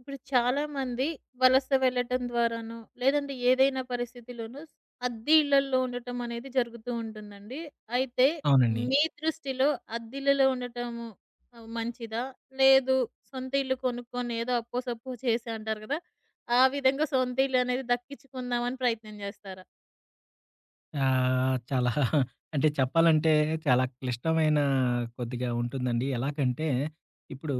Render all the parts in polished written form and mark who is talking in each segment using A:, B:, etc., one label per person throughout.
A: ఇప్పుడు చాలామంది వలస వెళ్ళటం ద్వారానో, లేదంటే ఏదైనా పరిస్థితిలోనూ అద్దె ఇళ్లల్లో ఉండటం అనేది జరుగుతూ ఉంటుందండి. అయితే
B: అవునండి.
A: మీ దృష్టిలో అద్దిల్లులో ఉండటము మంచిదా? లేదు, సొంత ఇల్లు కొనుక్కొని ఏదో అప్పో సప్పో చేసి అంటారు కదా! ఆ విధంగా సొంత ఇల్లు అనేది దక్కించుకుందామని ప్రయత్నం చేస్తారా?
B: చాలా అంటే చెప్పాలంటే చాలా క్లిష్టమైన కొద్దిగా ఉంటుందండి. ఎలాగంటే ఇప్పుడు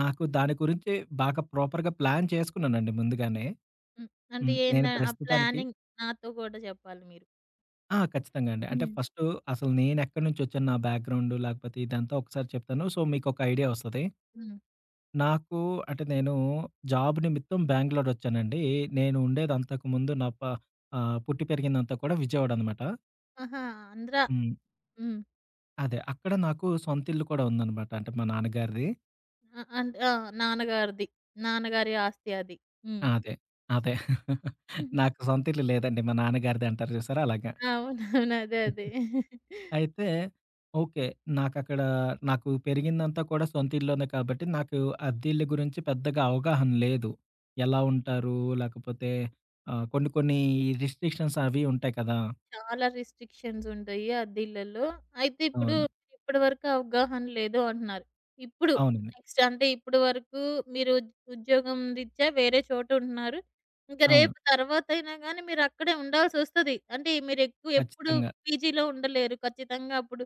B: నాకు దాని గురించి బాగా ప్రాపర్‌గా ప్లాన్ చేసుకున్నానండి ముందుగానే.
A: హ్మ్. అంటే
B: హ్మ్.
A: ఏంద
B: నేను
A: ఆ
B: ప్రస్తుతానికి.
A: ప్లానింగ్ నాతో కూడా చెప్పాలి మీరు.
B: ఆ! ఖచ్చితంగా అండి. అంటే
A: హ్మ్.
B: ఫస్టు అసలు నేనెక్కడి నుంచొచ్చాను, నా బ్యాక్‌గ్రౌండు లేకపోతే ఇదంతా ఒకసారి చెప్తాను. సో, మీకొక ఐడియా వస్తది.
A: హ్మ్.
B: నాకు అంటే నేను జాబ్ నిమిత్తం బెంగుళూరొచ్చానండి. నేను ఉండేది అంతకుముందు నా ప పుట్టి పెరిగిందంతా కూడా విజయవాడ అనమాట.
A: ఆహా! ఆంధ్ర.
B: హ్మ్.
A: హ్మ్.
B: అదే. అక్కడ నాకు సొంత ఇల్లు కూడా ఉందనమాట. అంటే మా నాన్నగారిది.
A: అంటే ఆ! నాన్నగారిది. నాన్నగారి ఆస్తి అది. హ్మ్.
B: ఆ! అదే. అదే.
A: హుహు.
B: నాకు సొంత ఇల్లు లేదండి. మా నాన్నగారిది అంటారు చూసారా అలాగా.
A: అవునవును. అదే. అదే.
B: అయితే ఓకే. నాకక్కడ నాకు పెరిగిందంతా కూడా సొంత ఇల్లులోనే కాబట్టి నాకు అద్దె ఇల్లు గురించి పెద్దగా అవగాహన లేదు. ఎలా ఉంటారు? లేకపోతే కొన్ని కొన్ని రిస్ట్రిక్షన్స్ అవి ఉంటాయి కదా!
A: చాలా రిస్ట్రిక్షన్స్ ఉంటాయి అద్దెల్లలో. అయితే ఇప్పుడు
B: అవును.
A: ఇప్పటి వరకు అవగాహన లేదు అంటున్నారు. ఇప్పుడు
B: అవునండి.
A: నెక్స్ట్ అంటే ఇప్పటి వరకు మీరు ఉద్యోగం రీత్యా వేరే చోట ఉంటున్నారు. ఇంక
B: అవును.
A: రేపు తర్వాతైనా గాని మీరక్కడే ఉండాల్సొస్తది. అంటే మీరెక్కువ ఎప్పుడు
B: ఖచ్చితంగా.
A: పీజీలో ఉండలేరు. ఖచ్చితంగా అప్పుడు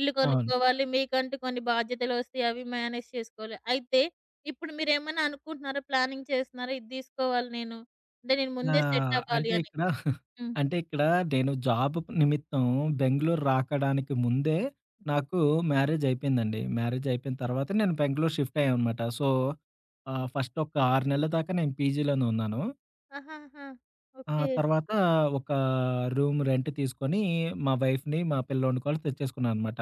A: ఇల్లు
B: అవును.
A: కొనుక్కోవాలి. మీకంటూ కొన్ని బాధ్యతలొస్తాయి. అవి మేనేజ్ చేసుకోవాలి. అయితే ఇప్పుడు మీరేమన్నా అనుకుంటున్నారా? ప్లానింగ్ చేస్తున్నారా? ఇది తీసుకోవాలి నేను. అంటే నేను
B: ఆ!
A: ముందే సెట్ అవ్వాలి
B: అంటే
A: అని?
B: ఇక్కడ
A: హ్మ్.
B: అంటే ఇక్కడ నేను జాబ్ నిమిత్తం బెంగుళూరు రాకడానికి ముందే నాకు మ్యారేజ్ అయిపోయిందండి. మ్యారేజ్ అయిపోయిన తర్వాత నేను బెంగుళూరు షిఫ్ట్ అయ్యాననమాట. సో, ఫస్ట్ ఒక 6 నెలల దాకా నేను పీజీలోనే ఉన్నాను.
A: ఆహాహా!
B: ఆ
A: ఓకే.
B: తర్వాత ఒక రూమ్ రెంట్ తీసుకొని మా వైఫ్‌ని, మా పిల్లోడిని కూడా తెచ్చేసుకున్నాననమాట.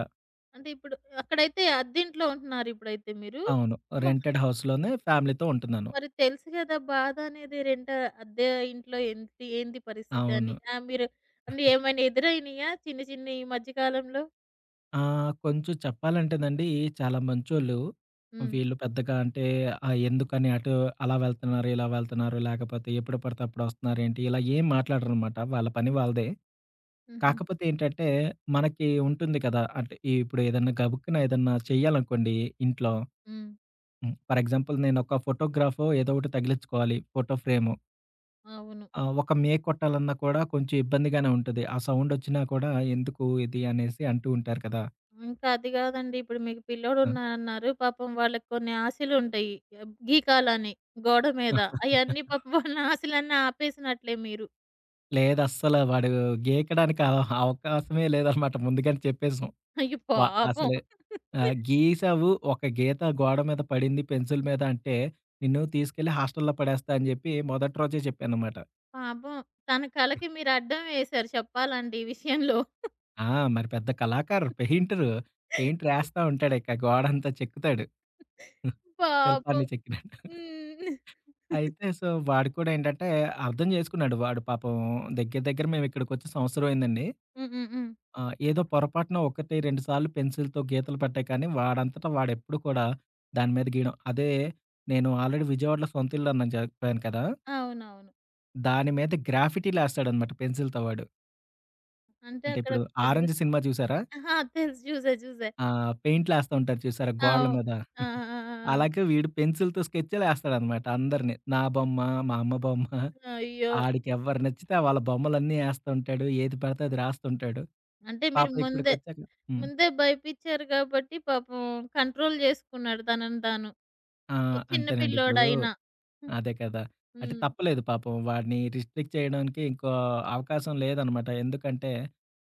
A: అంటే ఇప్పుడు అక్కడైతే అద్దింట్లో ఉంటున్నారిప్పుడైతే మీరు.
B: అవును.
A: మ
B: రెంటెడ్ హౌస్‌లోనే ఫ్యామిలీతో ఉంటున్నాను.
A: మరి తెలుసు గదా! బాధనేది అద్దె ఇంట్లో ఏంటి ఏంది
B: అవును.
A: పరిస్థితని. ఆ! మీరు అంటే ఏమైనా ఎదురైనయా చిన్న చిన్నయి ఈ మధ్య కాలంలో?
B: ఆ! కొంచెం చెప్పాలంటేనండి చాలా మంచోళ్ళు.
A: హ్మ్.
B: వీళ్ళు పెద్దగా అంటే ఎందుకని అటు అలా వెళ్తున్నారు, ఇలా వెళ్తున్నారు, లేకపోతే ఎప్పుడు పడితే అప్పుడు వస్తున్నారేంటి, ఇలా ఏం మాట్లాడరనమాట. వాళ్ళ పని వాళ్ళదే.
A: హుహు.
B: కాకపోతే ఏంటంటే, మనకి ఉంటుంది కదా! అంటే ఇప్పుడు ఏదన్నా గబుక్కున ఏదన్నా చేయాలనుకోండి ఇంట్లో.
A: హ్మ్.
B: హ్మ్. ఫర్ ఎగ్జాంపుల్ నేనొక ఫోటోగ్రాఫో ఏదో ఒకటి తగిలించుకోవాలి ఫోటో ఫ్రేము.
A: అవును.
B: ఒక మేక్ కొట్టాలన్నా కూడా కొంచెం ఇబ్బందిగానే ఉంటది. ఆ సౌండొచ్చినా కూడా ఎందుకు ఇది అనేసి అంటూ ఉంటారు కదా!
A: ఇంకా అది గాదండి, ఇప్పుడు మీకు పిల్లోడున్నారన్నారు. పాపం వాళ్ళకి కొన్ని ఆశలుంటయి. గీకాలని గోడ
B: ఆ!
A: మీద. అయన్నీ పాపం వాళ్ళ ఆశలన్నీ ఆపేసినట్లే మీరు.
B: లేదస్సల. వాడు గీకడానికి అవకాశమే లేదనమాట. ముందుగానే చెప్పేసాం.
A: అయ్యో
B: వ
A: పాపం!
B: అసలు గీసావు ఒక గీత గోడ మీద పడింది పెన్సిల్ మీద అంటే, నిన్ను తీసుకెళ్ళి హాస్టల్‌లో పడేస్తా అని జెప్పి మొదటి రోజే చెప్పాననమాట.
A: పాపం. తన కళకి మీరు అడ్డం వేశారు చెప్పాలంటే ఈ విషయంలో.
B: ఆ! మరి పెద్ద కళాకారు, పెయింటరు. పెయింట్ రాస్తా ఉంటాడిక గోడంతా చెక్కుతాడు.
A: పాపం.
B: శిల్పాన్ని చెక్కినట్టు.
A: హ్మ్.
B: అయితే సో, వాడు కూడా ఏంటంటే అర్థం జేసుకున్నాడు. వాడు పాపం దగ్గర దగ్గర మేమిక్కడికొచ్చి సంవత్సరం అయిందండి.
A: హ్మ్. హ్మ్. హ్మ్.
B: ఆ! ఏదో పొరపాటున 1, 2 సార్లు పెన్సిల్‌తో గీతలు పట్టాయి కానీ, వాడంతట వాడెప్పుడు కూడా దాని మీద గీయడం. అదే నేను ఆల్రెడీ విజయవాడలో సొంత ఇల్లు అని చెప్పాను కదా!
A: అవునవును.
B: దాని మీద గ్రాఫిటీలేస్తాడనమాట పెన్సిల్‌తో వాడు.
A: అంటే
B: అంటే
A: అక్కడ
B: ఇప్పుడు
A: దగ్గర
B: 'ఆరెంజ్' సినిమా చూసారా?
A: అహా! తెలుసు. చూసా. చూసా.
B: పెయింట్‌లేస్తా ఉంటారు చూసారా గోడల
A: అవును.
B: మీద.
A: ఆ! ఆ! ఆ!
B: అలాగే వీడు పెన్సిల్‌తో స్కెచ్‌లేస్తాడనమాట అందరిని. నా బొమ్మ, మా అమ్మ బొమ్మ,
A: ఆ! అయ్యో!
B: ఆడికి ఎవరు నచ్చితే వాళ్ళ బొమ్మలన్నీ ఏస్తుంటాడు. ఏది పడితే అది రాస్తుంటాడు.
A: అంటే మీరు
B: పాపం
A: ముందే,
B: ఇక్కడికొచ్చాక. హ్మ్.
A: ముందే భయపిచ్చారు కాబట్టి పాపం కంట్రోల్ చేసుకున్నాడు తనని తాను.
B: ఆ!
A: చిన్న
B: అంతేనండి. ఇప్పుడు
A: పిల్లోడైనా. హ్మ్.
B: అదే కదా! అంటే
A: హ్మ్.
B: తప్పలేదు పాపం. వాడిని రిస్ట్రిక్ట్ చేయడానికి ఇంకో అవకాశం లేదనమాట. ఎందుకంటే,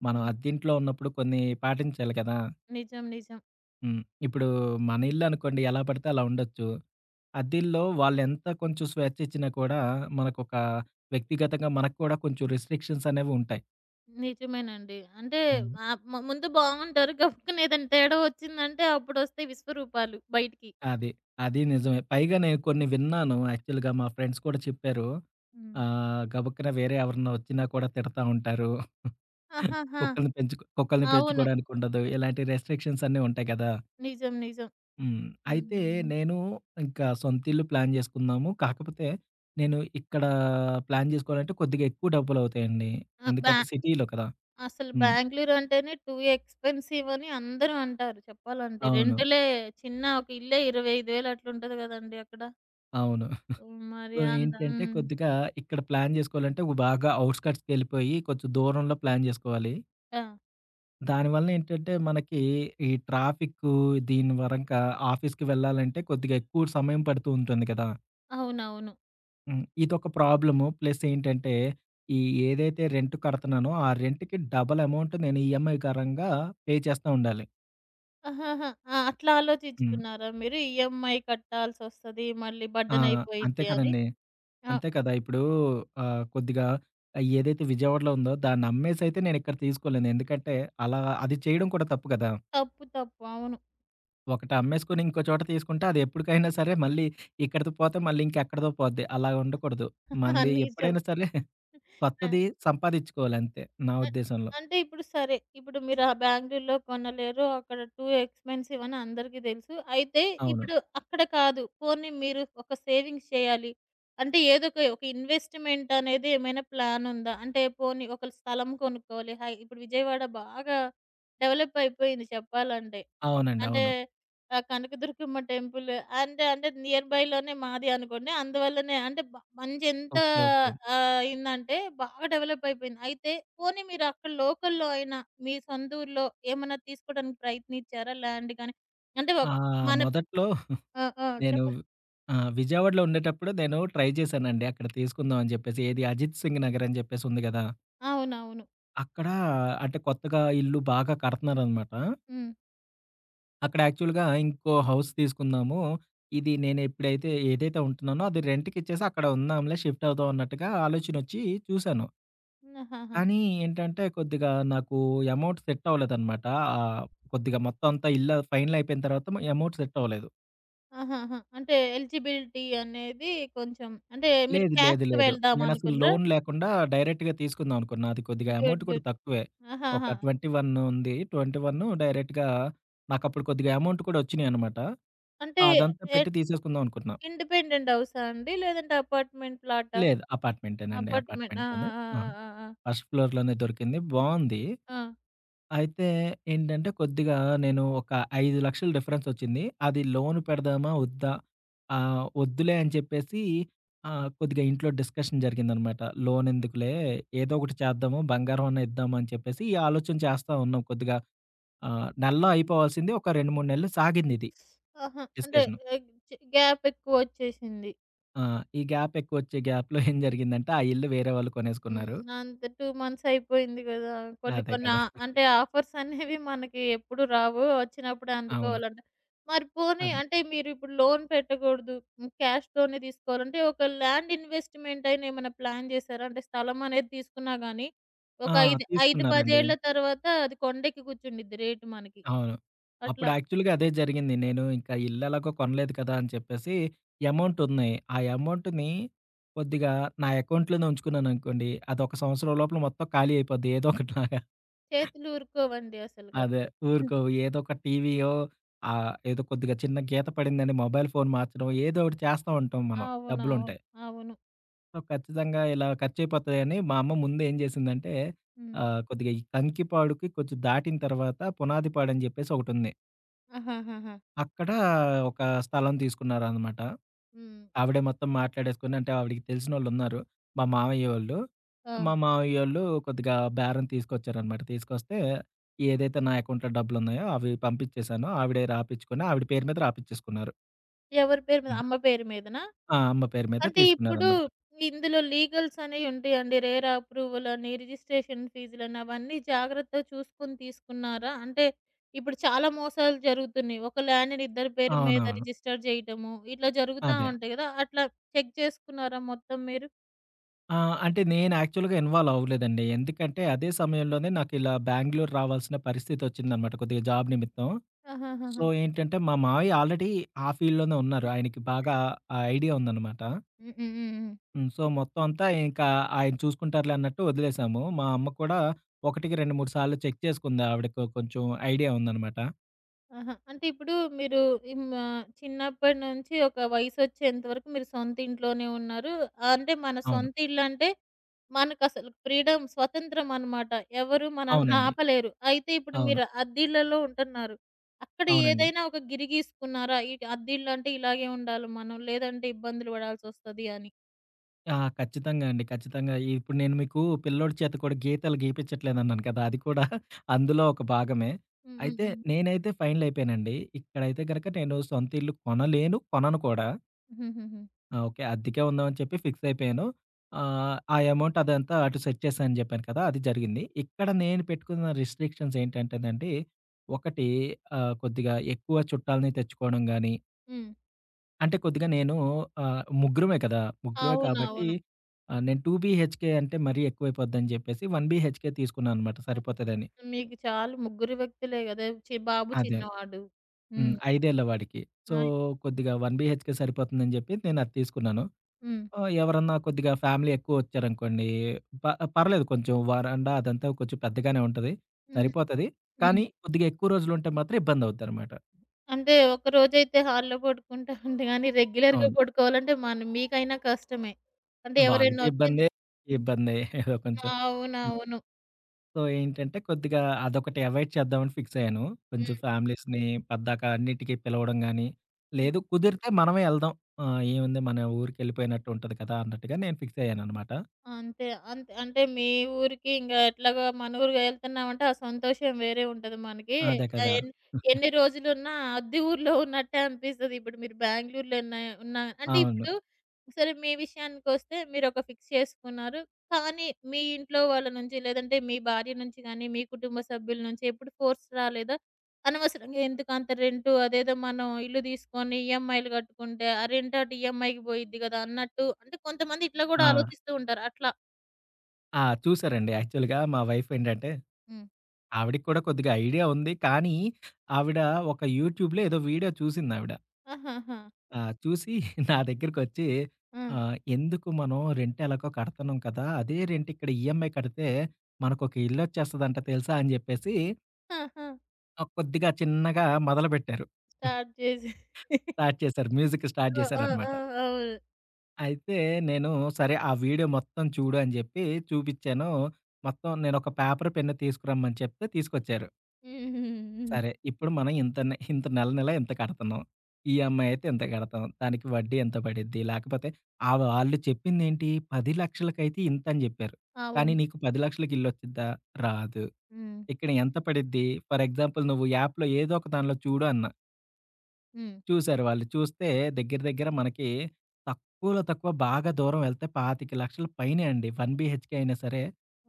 B: మనం అద్దింట్లో ఉన్నప్పుడు కొన్ని పాటించాలి కదా!
A: నిజం. నిజం.
B: హ్మ్. ఇప్పుడు మన ఇల్లు అనుకోండి ఎలా పడితే అలా ఉండొచ్చు. అద్దిల్లో వాళ్ళెంత కొంచెం స్వేచ్ఛ ఇచ్చినా కూడా, మనకొక వ్యక్తిగతంగా మనకు కూడా కొంచెం రిస్ట్రిక్షన్స్ అనేవి ఉంటాయి.
A: నిజమేనండి. అంటే
B: హ్మ్.
A: ముందు బాగుంటారు. గబుక్కున ఏదైనా తేడా వచ్చిందంటే అప్పుడొస్తాయి విశ్వరూపాలు బయటికి.
B: అది. అది నిజమే. పైగా నేను కొన్ని విన్నాను యాక్చువల్‌గా మా ఫ్రెండ్స్ కూడా చెప్పారు.
A: హ్మ్.
B: గబుక్కున వేరే ఎవరన్నా వచ్చినా కూడా తిడతా ఉంటారు.
A: ఆహాహా!
B: కుక్కల్ని
A: అవును.
B: పెంచుకోవడానికుండదు. ఇలాంటి రెస్ట్రిక్షన్స్ అన్నీ ఉంటాయి కదా!
A: నిజం. నిజం.
B: హ్మ్. అయితే
A: హ్మ్.
B: నేను ఇంకా సొంతిల్లు ప్లాన్ జేసుకున్నాము. కాకపోతే నేను ఇక్కడ ప్లాన్ జేసుకోవాలంటే కొద్దిగా ఎక్కువ డబ్బులవుతాయండి.
A: ఆ!
B: ఎందుకంటే సిటీలో కదా!
A: అసలు
B: హ్మ్.
A: బెంగుళూరు అంటేనే టూ ఎక్స్‌పెన్సివ్ అని అందరూ అంటారు చెప్పాలంటే.
B: అవును.
A: చిన్న ఒక ఇల్లే 25,000 అట్లుంటది గదండీ అక్కడ.
B: అవును.
A: హ్మ్. మరి
B: సో,
A: అంత
B: ఏంటంటే
A: హ్మ్.
B: కొద్దిగా ఇక్కడ ప్లాన్ జేసుకోవాలంటే ఒక బాగా ఔట్‌స్కట్స్‌కెళ్ళిపోయి కొంచెం దూరంలో ప్లాన్ జేసుకోవాలి.
A: ఆ!
B: దానివల్ల ఏంటంటే మనకి ఈ ట్రాఫిక్కు దీని వరంగా ఆఫీస్‌కి వెళ్ళాలంటే కొద్దిగా ఎక్కువ సమయం పడుతూ ఉంటుంది కదా!
A: అవునవును.
B: హ్మ్. ఇదొక ప్రాబ్లము. ప్లస్ ఏంటంటే, ఈ ఏదైతే రెంట్ కడతన్నానో, ఆ రెంట్‌కి డబుల్ అమౌంట్ నేను ఈఎంఐ పరంగా పే చేస్తా ఉండాలి.
A: ఆహాహా! ఆ! అట్లా
B: హ్మ్.
A: ఆలోచించుకున్నారా మీరు? ఈఎంఐ కట్టాల్సొస్తది. మళ్ళీ
B: ఆ!
A: బర్డెన్
B: అంతే
A: అయిపోయిద్ది అని.
B: కదండీ.
A: ఆ!
B: అంతే కదా! ఇప్పుడు కొద్దిగా ఆ ఏదైతే విజయవాడలో ఉందో దాన్ని అమ్మేసైతే నేను ఇక్కడ తీసుకోలేను. ఎందుకంటే, అలా అది చేయడం కూడా తప్పు కదా!
A: తప్పు, తప్పు. అవును.
B: ఒకటి అమ్మేసుకొని ఇంకో చోట తీసుకుంటే అది ఎప్పటికైనా సరే మళ్ళీ ఇక్కడితో పోతే మళ్ళీ ఇంకెక్కడిదో పోద్ది. అలా ఉండకూడదు. మనది
A: నిజం.
B: ఎప్పుడైనా సరే
A: ఆ!
B: కొత్తది సంపాదించుకోవాలి అంతే నా
A: అ
B: ఉద్దేశంలో.
A: అంటే ఇప్పుడు సరే, ఇప్పుడు మీరు ఆ బెంగుళూరులో కొనలేరు. అక్కడ టూ ఎక్స్‌పెన్సివ్ అని అందరికీ తెలుసు. అయితే
B: అవును.
A: ఇప్పుడు అక్కడ కాదు. పోనీ మీరు ఒక సేవింగ్స్ చేయాలి. అంటే ఏదో ఒక ఇన్వెస్ట్‌మెంట్ అనేది ఏమైనా ప్లాన్ ఉందా? అంటే పోనీ ఒక స్థలం కొనుక్కోవాలి. హై ఇప్పుడు విజయవాడ బాగా డెవలప్ అయిపోయింది చెప్పాలంటే.
B: అవునండి.
A: అంటే
B: అవును.
A: కనకదుర్గమ్మ టెంపుల్ అంటే, నియర్ బైలోనే మాది అనుకోండి. అందువల్లనే అంటే మంచి ఎంత
B: ఓకే. ఓకే.
A: అయిందంటే బాగా డెవలప్ అయిపోయింది. అయితే పోనీ మీరు అక్కడ లోకల్‌లో అయినా మీ సొంత ఊర్లో ఏమన్నా తీసుకోవడానికి ప్రయత్నించారా ల్యాండ్ గాని? అంటే
B: ఆ!
A: ఒక్ మన
B: మొదట్లో
A: ఆ! ఆ!
B: నేను
A: చెప్పండి.
B: ఆ! విజయవాడలో ఉండేటప్పుడు నేను ట్రై చేశానండి. అక్కడ తీసుకుందాం అని చెప్పేసి. ఏది 'అజిత్ సింగ్ నగర్' అని చెప్పేసి ఉంది గదా!
A: అవునవును.
B: అక్కడ అంటే కొత్తగా ఇల్లు బాగా కడుతున్నారనమాట.
A: హ్మ్.
B: అక్కడ యాక్చువల్‌గా ఇంకో హౌస్ తీసుకుందాము. ఇది నేను ఎప్పుడైతే ఏదైతే ఉంటున్నానో అది రెంట్‌కి ఇచ్చేసి అక్కడ ఉందాంలే షిఫ్ట్ అవుదాం అన్నట్టుగా ఆలోచనొచ్చి చూశాను.
A: ఆహాహా!
B: కానీ ఏంటంటే కొద్దిగా నాకు అమౌంట్ సెట్ అవ్వలేదనమాట. ఆహ్, కొద్దిగా మొత్తం అంతా ఇల్లు ఫైనల్ అయిపోయిన తర్వాత ఎమౌంట్ సెట్ అవ్వలేదు.
A: ఆహాహా! అంటే ఎలిజిబిలిటీ అనేది కొంచెం అంటే మీరు క్యాస్ట్‌కి
B: లేదు.
A: వెళ్దాం
B: నేనసలు
A: అనుకున్నారా?
B: లోన్ లేకుండా డైరెక్ట్‌గా తీసుకుందాం అనుకున్నా. అది కొద్దిగా
A: గుడ్.
B: అమౌంట్ కూడా
A: గుడ్.
B: తక్కువే. ఒక
A: ఆహాహా!
B: 21 ఉంది. 21 డైరెక్ట్‌గా నాకప్పుడు కొద్దిగా అమౌంట్ కూడా వచ్చినియనమాట.
A: అంటే
B: అదంతా పెట్టి తీసేసుకుందాం అనుకున్నా.
A: ఇండిపెండెంట్ హౌసా అండి? లేదంటే అపార్ట్‌మెంట్ ప్లాటా?
B: లేదు. అపార్ట్‌మెంటేనండి.
A: అపార్ట్‌మెంట్. ఆ!
B: అపార్ట్‌మెంట్‌లోనే.
A: ఆ! ఆ!
B: ఆ!
A: ఆ! ఆ!
B: ఫస్ట్ ఫ్లోర్‌లోనే దొరికింది. బావుంది.
A: ఆ!
B: అయితే ఏంటంటే, కొద్దిగా నేను ఒక 5,00,000 డిఫరెన్సొచ్చింది. అది లోన్ పెడదామా? వద్దా? వద్దులే అని చెప్పేసి కొద్దిగా ఇంట్లో డిస్కషన్ జరిగిందనమాట. లోన్ ఎందుకులే, ఏదో ఒకటి చేద్దాము, బంగారం అన్నా ఇద్దాము అని చెప్పేసి ఈ ఆలోచన చేస్తా ఉన్నాం కొద్దిగా. నెలలో అయిపోవాల్సింది ఒక 2, 3 నెలలు సాగిందిది
A: ఆహా! అంటే
B: డిస్కషను.
A: ఎగ్ చ్ గ్యాప్ ఎక్కువొచ్చేసింది.
B: ఆ! ఈ గ్యాప్ ఎక్కువొచ్చే గ్యాప్‌లో ఏం జరిగిందంటే, ఆ ఇల్లు వేరే వాళ్ళు
A: హ్మ్.
B: కొనేసుకున్నారు.
A: అంతే 2 మంత్స్ అయిపోయింది గదా! కొన్ని
B: అదే
A: కొన్ని ఆ
B: కదా!
A: అంటే ఆఫర్స్ అనేవి మనకి ఎప్పుడు రావు. వచ్చినప్పుడే
B: అవును.
A: అందుకోవాలంట. మరి పోనీ
B: అదే.
A: అంటే మీరిప్పుడు లోన్ పెట్టకూడదు. హ్మ్. క్యాష్‌తోనే తీసుకోవాలంటే ఒక ల్యాండ్ ఇన్వెస్ట్‌మెంట్ అయినా ఏమైనా ప్లాన్ జేసారా? అంటే స్థలం అనేది తీసుకున్నా గానీ
B: ఆ!
A: ఒక 5, 10
B: తీసుకున్నారండి.
A: ఏళ్ల తర్వాత అది కొండెక్కి కూర్చుండిద్ది రేటు మనకి.
B: అవును. అప్పుడు
A: అట్లా
B: యాక్చువల్‌గా అదే జరిగింది. నేను ఇంకా ఇల్లు ఎలాగో కొనలేదు కదా! అని చెప్పేసి అమౌంట్ ఉంది. ఆ అమౌంట్‌ని కొద్దిగా నా అకౌంట్‌లోనే ఉంచుకున్నాననుకోండి. అదొక సంవత్సరం లోపల మొత్తం ఖాళీ అయిపోద్ది. ఏదో ఒకటిలాగా.
A: చేతులు ఊరుకోవండి
B: అదే
A: అసలకప్పుడు. హ్మ్.
B: ఊరుకోవు. ఏదో ఒక టీవీయో ఏదో కొద్దిగా చిన్న గీత పడిందని మొబైల్ ఫోన్ మార్చడం ఏదో ఒకటి చేస్తా ఉంటాం మనం
A: అవునవును.
B: డబ్బులుంటాయి.
A: అవును.
B: సో, ఖచ్చితంగా ఇలా ఖర్చయిపోతాయని మా అమ్మ ముందు ఏం చేసిందంటే
A: హ్మ్.
B: కొద్దిగా ఈ కంకిపాడుకి కొంచెం దాటిన తర్వాత పునాది పాడని చెప్పేసి ఒకటుంది.
A: ఆహాహాహా!
B: అక్కడ ఒక స్థలం తీసుకున్నారనమాట.
A: హ్మ్.
B: ఆవిడే మొత్తం మాట్లాడేసుకొని అంటే ఆవిడకి తెలిసినోళ్ళున్నారు. మా మామయ్య వోళ్ళు.
A: ఆ!
B: మా మామయ్య వోళ్ళు కొద్దిగా బేరం తీసుకొచ్చారనమాట. తీసుకొస్తే ఏదైతే నా అకౌంట్‌లో డబ్బులున్నాయో అవి పంపించేసాను. ఆవిడే రాపిచ్చుకొని ఆవిడ పేరు మీద రాపిచ్చేసుకున్నారు.
A: ఎవరి పేరు మీద?
B: హ్మ్.
A: అమ్మ పేరు మీదనా?
B: ఆ! అమ్మ పేరు మీద
A: అంటే ఇప్పుడు
B: తీసుకున్నారనమాట.
A: ఇందులో లీగల్స్ అనేయి ఉంటాయండి. రేరా అప్రూవల్ అని, రిజిస్ట్రేషన్ ఫీజులని అవన్నీ జాగ్రత్తగా చూసుకొని తీసుకున్నారా? అంటే ఇప్పుడు చాలా మోసాలు జరుగుతున్నాయి. ఒక ల్యాండ్‌ని ఇద్దరి పేరు మీద
B: అవునవును.
A: రిజిస్టర్ చేయటము, ఇట్లా జరుగుతా
B: అదే.
A: ఉంటాయి కదా! అట్లా చెక్ చేసుకున్నారా మొత్తం మీరు?
B: ఆ! అంటే నేను యాక్చువల్‌గా ఇన్వాల్వ్ అవ్వలేదండి. ఎందుకంటే అదే సమయంలోనే నాకు ఇలా బెంగుళూరు రావాల్సిన పరిస్థితొచ్చిందనమాట కొద్దిగా జాబ్ నిమిత్తం. సో,
A: ఆహాహాహా!
B: ఏంటంటే మా మావయ్య ఆల్రెడీ ఆ ఫీల్డ్‌లోనే ఉన్నారు. ఆయనకి బాగా ఆ ఐడియా ఉందనమాట.
A: హ్మ్. హ్మ్. హ్మ్. హ్మ్.
B: హ్మ్. సో, మొత్తం అంతా ఇంకా ఆయన చూసుకుంటారులే అన్నట్టు వదిలేసాము. మా అమ్మ కూడా ఒకటికి 2, 3 సార్లు చెక్ చేసుకుంది. ఆవిడకు కొంచెం ఐడియా ఉందనమాట.
A: ఆహా! అంటే ఇప్పుడు మీరు చిన్నప్పటి నుంచి ఒక వయసొచ్చేంత వరకు మీరు సొంత ఇంట్లోనే ఉన్నారు. అంటే మన
B: అవును.
A: సొంత ఇల్లంటే మనకసలు ఫ్రీడమ్, స్వతంత్రం అనమాట. ఎవరు మనల్ని
B: అవునండి.
A: ఆపలేరు. అయితే ఇప్పుడు
B: అవును.
A: మీరు అద్దిళ్ళలో ఉంటున్నారు. అక్కడ
B: అవునండి.
A: ఏదైనా ఒక గిరి గీసుకున్నారా? ఈ అద్దిల్లంటే ఇలాగే ఉండాలి మనం. లేదంటే ఇబ్బందులు పడాల్సొస్తది అని.
B: ఆ! ఖచ్చితంగా అండి. ఖచ్చితంగా. ఇప్పుడు నేను మీకు పిల్లోడి చేత కూడా గీతలు గీపిచ్చట్లేదన్నాను కదా! అది కూడా అందులో ఒక భాగమే.
A: హ్మ్. హ్మ్.
B: అయితే
A: హ్మ్.
B: నేనైతే ఫైనల్ అయిపోయానండి. ఇక్కడైతే గనక నేను సొంత ఇల్లు కొనలేను, కొనను కూడా.
A: హుహుహు.
B: ఆ! ఓకే. అద్దెకే ఉందామని చెప్పి ఫిక్స్ అయిపోయాను. ఆ ఎమౌంట్ అదంతా అటు సెట్ చేశా అని చెప్పాను కదా! అది జరిగింది. ఇక్కడ నేను పెట్టుకున్న రిస్ట్రిక్షన్స్ ఏంటంటేనండి, ఒకటి కొద్దిగా ఎక్కువ చుట్టాలని తెచ్చుకోవడం గాని,
A: హ్మ్.
B: అంటే కొద్దిగా నేను ముగ్గురమే కదా! ముగ్గురమే కాబట్టి
A: అవునవును.
B: నేను 2 బీహెచ్‌కే అంటే మరీ ఎక్కువైపోద్దని చెప్పేసి 1 బీహెచ్‌కే తీసుకున్నాను అనమాట సరిపోతదని.
A: మీకు చాలు ముగ్గురు వ్యక్తులే కదా! బాబు
B: అదే.
A: చిన్నవాడు.
B: హ్మ్.
A: హ్మ్.
B: 5 ఏళ్ల వాడికి. సో,
A: ఆ!
B: కొద్దిగా 1 బీహెచ్‌కే సరిపోతుందని చెప్పి నేను అది తీసుకున్నాను.
A: హ్మ్.
B: ఆ! ఎవరన్నా కొద్దిగా ఫ్యామిలీ ఎక్కువొచ్చారనుకోండి, ప పర్లేదు కొంచెం వరండా అదంతా కొంచెం పెద్దగానే ఉంటది.
A: హుహు.
B: సరిపోతది.
A: హ్మ్.
B: కానీ కొద్దిగా ఎక్కువ రోజులుంటే మాత్రం ఇబ్బందవుద్దనమాట.
A: అంటే ఒకరోజైతే హాల్‌లో పడుకుంటా అంటే గానీ రెగ్యులర్‌గా
B: అవును.
A: పడుకోవాలంటే మీకైనా కష్టమే. అంటే ఎవరైనా
B: వాళ్ళకి
A: ఒచ్చి
B: ఇబ్బందే, ఈ ఇబ్బందే ఏదో
A: ఆ!
B: కొంచెం. హ్మ్.
A: అవునవును.
B: సో, ఏంటంటే కొద్దిగా అదొకటి అవాయిడ్ చేద్దామని ఫిక్స్ అయ్యాను.
A: హ్మ్.
B: కొంచెం ఫ్యామిలీస్‌ని పద్దాక అన్నిటికి పిలవడం గాని, లేదు కుదిరితే మనమే ఎళ్దాం. ఆ! ఏముంది మన ఊరికెళ్ళిపోయినట్టు ఉంటది కదా! అన్నట్టుగా నేను ఫిక్స్ అయ్యాననమాట.
A: అంతే. అంతే. అంటే మీ ఊరికి ఇంగ ఎట్లాగో మన ఊరు వెళ్తున్నామంటే ఆ సంతోషం వేరే ఉంటది మనకి.
B: అదే
A: ఆహ్,
B: కదా!
A: ఎన్ ఎన్ని రోజులున్నా అద్దె ఊర్లో ఉన్నట్టే అనిపిస్తది. ఇప్పుడు మీరు బెంగుళూరులో ఉన్నా అంటే
B: అవును.
A: ఇప్పుడు సరే, మీ విషయానికొస్తే మీరొక ఫిక్స్ చేసుకున్నారు. కానీ మీ ఇంట్లో వాళ్ళ నుంచి లేదంటే మీ భార్య నుంచి గానీ, మీ కుటుంబ సభ్యుల నుంచి ఎప్పుడు ఫోర్స్ రాలేదా? అనవసరంగా ఎందుకంత రెంటు, అదేదో మనం ఇల్లు తీసుకొని ఈఎంఐలు కట్టుకుంటే ఆ రెంట్ అటు ఈఎంఐకి పోయిద్ది కదా! అన్నట్టు అంటే కొంతమంది ఇట్లా కూడా
B: ఆ!
A: ఆలోచిస్తూ ఉంటారు. అట్లా
B: ఆ! చూసారండి యాక్చువల్‌గా మా వైఫ్ ఏంటంటే
A: హ్మ్.
B: ఆవిడకి కూడా కొద్దిగా ఐడియా ఉంది. కానీ, ఆవిడ ఒక యూట్యూబ్‌లో ఏదో వీడియో చూసిందావిడ.
A: ఆహాహా!
B: ఆ! చూసి నా దగ్గరికొచ్చి
A: ఆ!
B: "ఎందుకు మనం రెంట్ ఎలాగో కడతన్నాం కదా! అదే రెంట్ ఇక్కడ ఈఎంఐ కడితే మనకొక ఇల్లొచ్చేస్తదంట తెలుసా?" అని జెప్పేసి
A: ఆహా!
B: కొద్దిగా చిన్నగా మొదలుపెట్టారు.
A: స్టార్ట్ చేసి
B: స్టార్ట్ చేశారు. మ్యూజిక్ స్టార్ట్
A: ఆ! ఆ!
B: చేశారనమాట.
A: ఆ! అవును.
B: అయితే నేను సరే ఆ వీడియో మొత్తం చూడు అని జెప్పి చూపిచ్చాను. మొత్తం నేనొక పేపరు, పెన్ను తీసుకురమ్మని చెప్తే తీసుకొచ్చారు.
A: హుహుహు.
B: సరే. ఇప్పుడు మనం ఇంతనే ఇంత నెల నెల ఇంత కడతన్నాం. ఈఎంఐ అయితే ఇంత కడతాం. దానికి వడ్డీ ఎంత పడిద్ది? లేకపోతే ఆ వాళ్ళు చెప్పిందేంటి 10,00,000కైతే ఇంతని జెప్పారు. కానీ
A: అవును.
B: నీకు 10,00,000కి ఇల్లొచ్చిద్దా? రాదు.
A: హ్మ్.
B: ఇక్కడ ఎంత పడిద్ది? ఫర్ ఎగ్జాంపుల్ నువ్వు యాప్‌లో ఏదో ఒక దానిలో చూడు అన్నా.
A: హ్మ్.
B: చూసారు వాళ్ళు. చూస్తే దగ్గర దగ్గర మనకి తక్కువలో తక్కువ బాగా దూరం వెళ్తే 25,00,000 పైనే అండి. 1 బీహెచ్‌కే అయినా సరే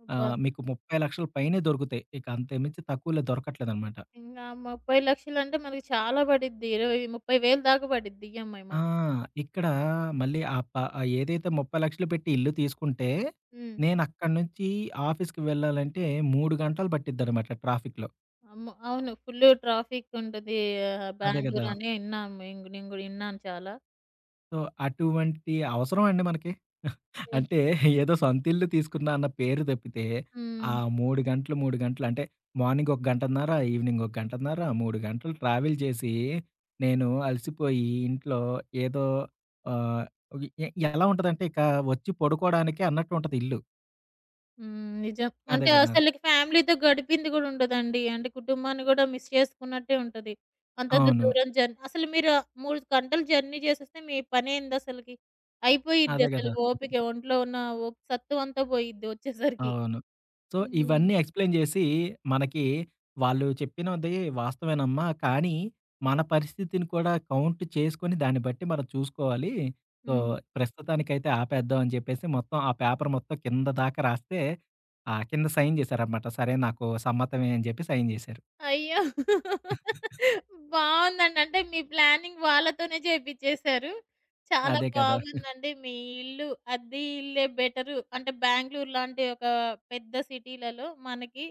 A: అబ్బా!
B: మీకు 30,00,000 పైనే దొరుకుతాయి. ఇక అంతకుమించి తక్కువలో దొరకట్లేదనమాట.
A: ఇంగా 30,00,000 అంటే మనకి చాలా పడిద్ది. 20, 30,000 దాకా పడిద్ది ఈఎంఐ
B: ఆ!
A: మనకి.
B: ఇక్కడ మళ్ళీ ఆ ప ఏదైతే 30,00,000 పెట్టి ఇల్లు తీసుకుంటే,
A: హ్మ్.
B: నేనక్కడి నుంచి ఆఫీస్‌కి వెళ్ళాలంటే 3 గంటలు పట్టిద్దనమాట ట్రాఫిక్‌లో.
A: అమ్మో! అవును. ఫుల్ ట్రాఫిక్ ఉంటది.
B: అదే గదా!
A: బెంగుళూరు అని ఇన్నాము. నేను గూడా ఇన్నాను చాలా.
B: సో, అటువంటి అవసరమా అండి మనకి?
A: నిజం.
B: అంటే ఏదో సొంత ఇల్లు తీసుకున్నా అన్న పేరు తప్పితే, ఆ
A: హ్మ్.
B: 3 గంటలు, 3 గంటలు అంటే మార్నింగ్ ఒక గంటన్నర, ఈవినింగ్ ఒక గంటన్నర, 3 గంటలు ట్రావెల్ చేసి, నేను అలసిపోయి ఇంట్లో ఏదో ఆహ్, ఎలా ఉంటదంటే ఇక వచ్చి పడుకోవడానికే అన్నట్టు ఉంటది ఇల్లు.
A: హ్మ్. నిజం.
B: అదే
A: అంటే
B: గదా!
A: అసలకి ఫ్యామిలీతో గడిపింది గూడా ఉండదండి. అంటే కుటుంబాన్ని గూడా మిస్ చేసుకున్నట్టే ఉంటది. అంతంత
B: అవును.
A: దూరం జర్నీ అసలు మీరు 3 గంటలు జర్నీ చేసేస్తే మీ పనేంది అసలకి? అయిపోయిద్ది
B: అదే
A: అసలు
B: గదా!
A: ఓపిక. ఒంట్లో ఉన్న ఓ సత్తువంతా పోయిద్ది వచ్చేసరికి.
B: అవును. సో,
A: హ్మ్.
B: ఇవన్నీ ఎక్స్‌ప్లెయిన్ జేసి మనకి వాళ్ళు చెప్పినది వాస్తవేనమ్మా! కానీ మన పరిస్థితిని కూడా కౌంట్ చేసుకొని దాన్ని బట్టి మనం చూసుకోవాలి. సో,
A: హ్మ్.
B: ప్రస్తుతానికైతే ఆపేద్దాం అని జెప్పేసి మొత్తం ఆ పేపర్ మొత్తం కింద దాకా రాస్తే ఆ కింద సైన్ జేశారనమాట. సరే నాకు సమ్మతమే అని జెప్పి సైన్ జేశారు.
A: అయ్యో! బావుందండి. అంటే మీ ప్లానింగ్ వాళ్ళతోనే చేపిచ్చేసారు. చాలా
B: అదే కదా!
A: బాగుందండి. మీ ఇల్లు అద్దె ఇల్లే బెటరు. అంటే బెంగుళూరు లాంటి ఒక పెద్ద సిటీలలో మనకి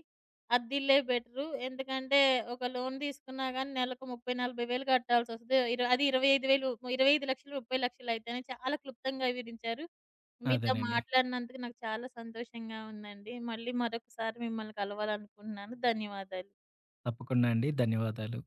A: అద్దిల్లే బెటరు. ఎందుకంటే ఒక లోన్ తీసుకున్నా గానీ నెలకు 30,000, 40,000 కట్టాల్సొస్తది. అది 25,000 25,00,000, 30,000 అయితేనే చాలా క్లుప్తంగా వివరించారు. మీతో
B: అదేనండి.
A: మాట్లాడినందుకు నాకు చాలా సంతోషంగా ఉందండి. మళ్ళీ మరొకసారి మిమ్మల్ని కలవాలనుకుంటున్నాను. ధన్యవాదాలు.
B: తప్పకుండా అండి. ధన్యవాదాలు.